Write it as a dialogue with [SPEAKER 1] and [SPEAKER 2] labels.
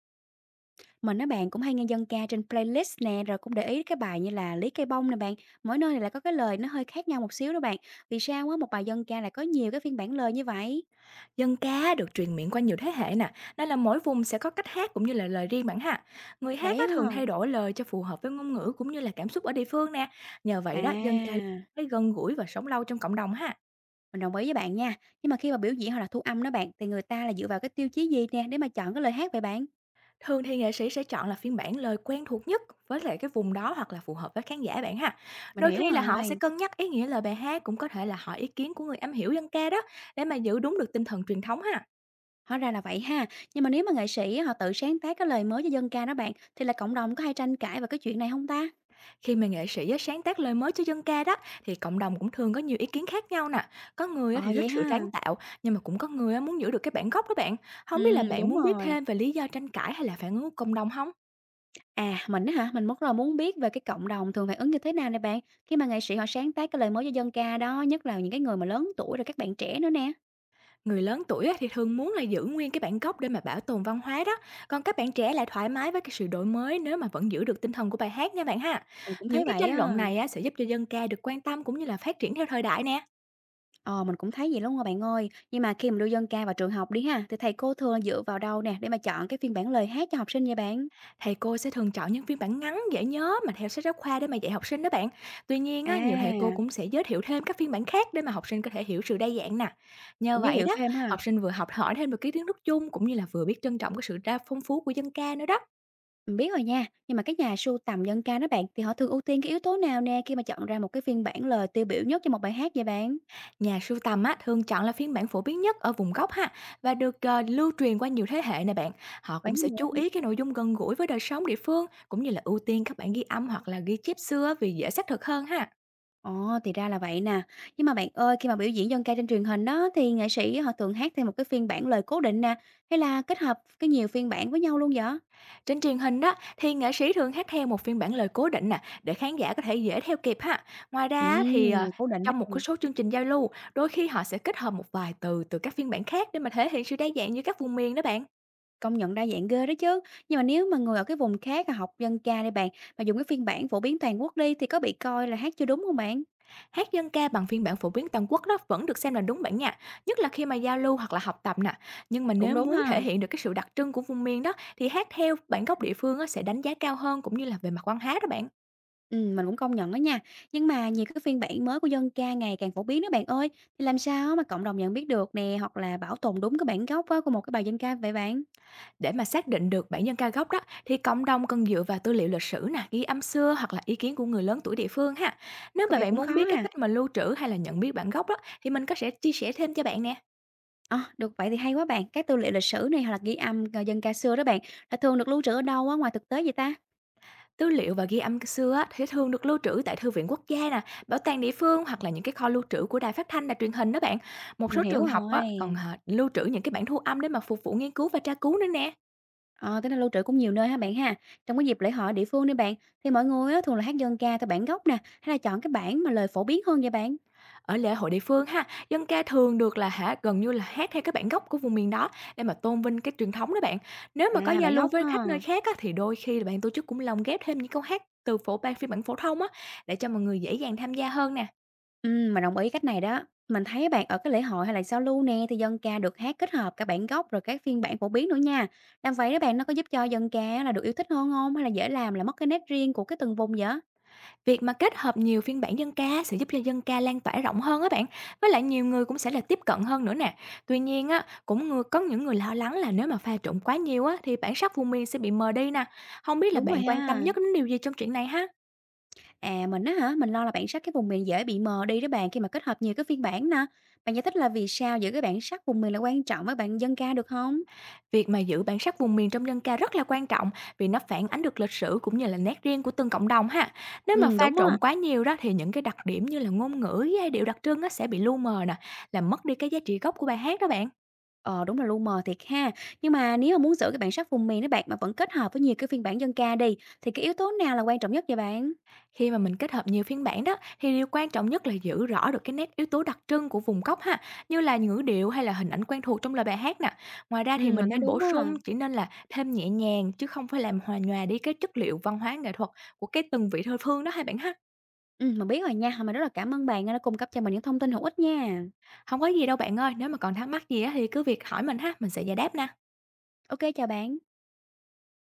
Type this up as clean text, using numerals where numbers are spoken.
[SPEAKER 1] Mình á bạn cũng hay nghe dân ca trên playlist nè, rồi cũng để ý cái bài như là Lý Cây Bông nè bạn, mỗi nơi này lại có cái lời nó hơi khác nhau một xíu đó bạn. Vì sao á một bài dân ca lại có nhiều cái phiên bản lời như vậy?
[SPEAKER 2] Dân ca được truyền miệng qua nhiều thế hệ nè, nên là mỗi vùng sẽ có cách hát cũng như là lời riêng bản ha. Người hát
[SPEAKER 1] Vậy
[SPEAKER 2] á,
[SPEAKER 1] á
[SPEAKER 2] thường
[SPEAKER 1] hả?
[SPEAKER 2] thay đổi lời cho phù hợp với ngôn ngữ cũng như là cảm xúc ở địa phương nè. Nhờ
[SPEAKER 1] À,
[SPEAKER 2] vậy đó, dân ca thấy gần gũi và sống lâu trong cộng đồng ha.
[SPEAKER 1] mình đồng ý với bạn nha. Nhưng mà khi mà biểu diễn hoặc là thu âm đó bạn thì người ta là dựa vào cái tiêu chí gì nè để mà chọn cái lời hát vậy bạn?
[SPEAKER 2] Thường thì nghệ sĩ sẽ chọn là phiên bản lời quen thuộc nhất với lại cái vùng đó hoặc là phù hợp với khán giả bạn ha.
[SPEAKER 1] Mình
[SPEAKER 2] Đôi khi
[SPEAKER 1] hiểu
[SPEAKER 2] là họ sẽ
[SPEAKER 1] rồi.
[SPEAKER 2] cân nhắc ý nghĩa lời bài hát, cũng có thể là hỏi ý kiến của người am hiểu dân ca đó để mà giữ đúng được tinh thần truyền thống ha.
[SPEAKER 1] Hóa ra là vậy ha. Nhưng mà nếu mà nghệ sĩ á, họ tự sáng tác cái lời mới cho dân ca đó bạn thì là cộng đồng có hay tranh cãi về cái chuyện này không ta?
[SPEAKER 2] Khi mà nghệ sĩ á, sáng tác lời mới cho dân ca đó thì cộng đồng cũng thường có nhiều ý kiến khác nhau nè. Có người á
[SPEAKER 1] Ờ
[SPEAKER 2] thì thích
[SPEAKER 1] vậy
[SPEAKER 2] sự sáng
[SPEAKER 1] ha.
[SPEAKER 2] tạo, nhưng mà cũng có người á muốn giữ được cái bản gốc đó bạn.
[SPEAKER 1] Ừ,
[SPEAKER 2] Không biết là bạn
[SPEAKER 1] đúng
[SPEAKER 2] muốn biết
[SPEAKER 1] rồi.
[SPEAKER 2] thêm về lý do tranh cãi hay là phản ứng của cộng đồng không?
[SPEAKER 1] À, mình á hả? Mình rất là muốn biết về cái cộng đồng thường phản ứng như thế nào nè bạn, khi mà nghệ sĩ họ sáng tác cái lời mới cho dân ca đó, nhất là những cái người mà lớn tuổi rồi các bạn trẻ nữa nè.
[SPEAKER 2] Người lớn tuổi á thì thường muốn là giữ nguyên cái bản gốc để mà bảo tồn văn hóa đó. Còn các bạn trẻ lại thoải mái với cái sự đổi mới nếu mà vẫn giữ được tinh thần của bài hát nha bạn ha.
[SPEAKER 1] Mình cũng
[SPEAKER 2] Những
[SPEAKER 1] thấy
[SPEAKER 2] cái
[SPEAKER 1] vậy
[SPEAKER 2] tranh luận
[SPEAKER 1] á.
[SPEAKER 2] này á sẽ giúp cho dân ca được quan tâm cũng như là phát triển theo thời đại nè.
[SPEAKER 1] Ờ, mình cũng thấy vậy luôn rồi bạn ơi. Nhưng mà khi mà đưa dân ca vào trường học đi ha, thì thầy cô thường dựa vào đâu nè để mà chọn cái phiên bản lời hát cho học sinh vậy bạn?
[SPEAKER 2] Thầy cô sẽ thường chọn những phiên bản ngắn, dễ nhớ mà theo sách giáo khoa để mà dạy học sinh đó bạn. Tuy nhiên á, nhiều thầy cô
[SPEAKER 1] À,
[SPEAKER 2] cũng sẽ giới thiệu thêm các phiên bản khác để mà học sinh có thể hiểu sự đa dạng nè. Nhờ
[SPEAKER 1] cũng giới
[SPEAKER 2] vậy
[SPEAKER 1] thiệu
[SPEAKER 2] đó,
[SPEAKER 1] thêm ha.
[SPEAKER 2] học sinh vừa học hỏi thêm được cái kiến thức chung cũng như là vừa biết trân trọng cái sự đa phong phú của dân ca nữa đó.
[SPEAKER 1] Mình biết rồi nha, nhưng mà các nhà sưu tầm dân ca đó bạn, thì họ thường ưu tiên cái yếu tố nào nè khi mà chọn ra một cái phiên bản lời tiêu biểu nhất cho một bài hát vậy bạn?
[SPEAKER 2] Nhà sưu tầm á, thường chọn là phiên bản phổ biến nhất ở vùng gốc ha và được lưu truyền qua nhiều thế hệ nè bạn. Họ
[SPEAKER 1] Vậy
[SPEAKER 2] cũng sẽ chú
[SPEAKER 1] hả?
[SPEAKER 2] ý cái nội dung gần gũi với đời sống địa phương, cũng như là ưu tiên các bản ghi âm hoặc là ghi chép xưa vì dễ xác thực hơn ha.
[SPEAKER 1] Ồ, thì ra là vậy nè. Nhưng mà bạn ơi, khi mà biểu diễn dân ca trên truyền hình đó thì nghệ sĩ họ thường hát theo một cái phiên bản lời cố định nè, hay là kết hợp cái nhiều phiên bản với nhau luôn vậy?
[SPEAKER 2] Trên truyền hình đó thì nghệ sĩ thường hát theo một phiên bản lời cố định nè để khán giả có thể dễ theo kịp ha. Ngoài ra á, thì
[SPEAKER 1] Cố định
[SPEAKER 2] trong một
[SPEAKER 1] ha.
[SPEAKER 2] cái số chương trình giao lưu, đôi khi họ sẽ kết hợp một vài từ từ các phiên bản khác để mà thể hiện sự đa dạng như các vùng miền đó bạn.
[SPEAKER 1] Công nhận đa dạng ghê đó chứ. Nhưng mà nếu mà người ở cái vùng khác à, học dân ca đi bạn, mà dùng cái phiên bản phổ biến toàn quốc đi thì có bị coi là hát chưa đúng không bạn?
[SPEAKER 2] Hát dân ca bằng phiên bản phổ biến toàn quốc đó vẫn được xem là đúng bản nha, nhất là khi mà giao lưu hoặc là học tập nè. Nhưng mà
[SPEAKER 1] Cũng
[SPEAKER 2] nếu
[SPEAKER 1] đúng
[SPEAKER 2] muốn thể
[SPEAKER 1] ha.
[SPEAKER 2] hiện được cái sự đặc trưng của vùng miền đó thì hát theo bản gốc địa phương á, sẽ đánh giá cao hơn cũng như là về mặt văn hóa đó bạn.
[SPEAKER 1] Ừ, mình cũng công nhận đó nha. Nhưng mà nhiều cái phiên bản mới của dân ca ngày càng phổ biến đó bạn ơi. Thì làm sao mà cộng đồng nhận biết được nè, hoặc là bảo tồn đúng cái bản gốc á của một cái bài dân ca vậy bạn?
[SPEAKER 2] Để mà xác định được bản nhân ca gốc đó thì cộng đồng cần dựa vào tư liệu lịch sử nè, ghi âm xưa hoặc là ý kiến của người lớn tuổi địa phương ha. Nếu
[SPEAKER 1] Có
[SPEAKER 2] mà
[SPEAKER 1] vẻ
[SPEAKER 2] bạn
[SPEAKER 1] cũng
[SPEAKER 2] muốn
[SPEAKER 1] khó
[SPEAKER 2] biết cái
[SPEAKER 1] ha.
[SPEAKER 2] cách mà lưu trữ hay là nhận biết bản gốc đó thì mình có sẽ chia sẻ thêm cho bạn nè.
[SPEAKER 1] Ờ, được vậy thì hay quá bạn. Các tư liệu lịch sử này hoặc là ghi âm, dân ca xưa đó bạn, là thường được lưu trữ ở đâu á, ngoài thực tế vậy ta?
[SPEAKER 2] Tư liệu và ghi âm xưa á, thì thường được lưu trữ tại thư viện quốc gia nè, bảo tàng địa phương hoặc là những cái kho lưu trữ của đài phát thanh, đài truyền hình đó bạn. Một
[SPEAKER 1] Mình
[SPEAKER 2] số
[SPEAKER 1] hiểu
[SPEAKER 2] trường học á, còn
[SPEAKER 1] rồi.
[SPEAKER 2] lưu trữ những cái bản thu âm để mà phục vụ nghiên cứu và tra cứu nữa nè.
[SPEAKER 1] Ờ, tính ra lưu trữ cũng nhiều nơi ha bạn ha. Trong cái dịp lễ hội địa phương đi bạn, thì mọi người á, thường là hát dân ca theo bản gốc nè, hay là chọn cái bản mà lời phổ biến hơn vậy bạn?
[SPEAKER 2] Ở lễ hội địa phương ha, dân ca thường được gần như là hát theo cái bản gốc của vùng miền đó để mà tôn vinh cái truyền thống đó bạn. Nếu mà có
[SPEAKER 1] À,
[SPEAKER 2] giao
[SPEAKER 1] bản
[SPEAKER 2] lưu
[SPEAKER 1] gốc
[SPEAKER 2] với khách nơi
[SPEAKER 1] ha.
[SPEAKER 2] khác á, thì đôi khi là bạn tổ chức cũng lồng ghép thêm những câu hát từ phổ ban phiên bản phổ thông á, để cho mọi người dễ dàng tham gia hơn nè.
[SPEAKER 1] Mình đồng ý cách này đó. Mình thấy bạn ở cái lễ hội hay là giao lưu nè, thì dân ca được hát kết hợp cả bản gốc rồi các phiên bản phổ biến nữa nha. Làm vậy đó bạn, nó có giúp cho dân ca là được yêu thích hơn không? Hay là dễ làm là mất cái nét riêng của cái từng vùng vậy?
[SPEAKER 2] Việc mà kết hợp nhiều phiên bản dân ca sẽ giúp cho dân ca lan tỏa rộng hơn á bạn, với lại nhiều người cũng sẽ là tiếp cận hơn nữa nè. Tuy nhiên á, cũng có những người lo lắng là nếu mà pha trộn quá nhiều á, thì bản sắc vùng miền sẽ bị mờ đi nè. Không biết là
[SPEAKER 1] Đúng rồi
[SPEAKER 2] bạn quan tâm
[SPEAKER 1] ha.
[SPEAKER 2] nhất đến điều gì trong chuyện này ha?
[SPEAKER 1] À, mình á hả? Mình lo là bản sắc cái vùng miền dễ bị mờ đi đó bạn khi mà kết hợp nhiều cái phiên bản nè. Bạn giải thích là vì sao giữa cái bản sắc vùng miền là quan trọng với bạn dân ca được không?
[SPEAKER 2] Việc mà giữ bản sắc vùng miền trong dân ca rất là quan trọng, vì nó phản ánh được lịch sử cũng như là nét riêng của từng cộng đồng ha. Nếu mà
[SPEAKER 1] Ừ,
[SPEAKER 2] pha
[SPEAKER 1] đúng
[SPEAKER 2] trộn
[SPEAKER 1] á.
[SPEAKER 2] quá nhiều đó thì những cái đặc điểm như là ngôn ngữ, với giai điệu đặc trưng á sẽ bị lu mờ nè, làm mất đi cái giá trị gốc của bài hát đó bạn.
[SPEAKER 1] Ờ, đúng là lu mờ thiệt ha. Nhưng mà nếu mà muốn giữ cái bản sắc vùng miền đó bạn mà vẫn kết hợp với nhiều cái phiên bản dân ca đi thì cái yếu tố nào là quan trọng nhất vậy bạn?
[SPEAKER 2] Khi mà mình kết hợp nhiều phiên bản đó thì điều quan trọng nhất là giữ rõ được cái nét yếu tố đặc trưng của vùng gốc ha, như là ngữ điệu hay là hình ảnh quen thuộc trong lời bài hát nè. Ngoài ra
[SPEAKER 1] Ừ,
[SPEAKER 2] thì mình
[SPEAKER 1] mình thấy
[SPEAKER 2] nên bổ
[SPEAKER 1] đúng á.
[SPEAKER 2] sung, chỉ nên là thêm nhẹ nhàng chứ không phải làm hòa nhòa đi cái chất liệu văn hóa nghệ thuật của cái từng vị thơ phương đó hai bạn ha.
[SPEAKER 1] Ừ, mình biết rồi nha. Mình rất là cảm ơn bạn đã cung cấp cho mình những thông tin hữu ích nha.
[SPEAKER 2] Không có gì đâu bạn ơi, nếu mà còn thắc mắc gì á thì cứ việc hỏi mình ha, mình sẽ giải đáp nè.
[SPEAKER 1] Ok, chào bạn.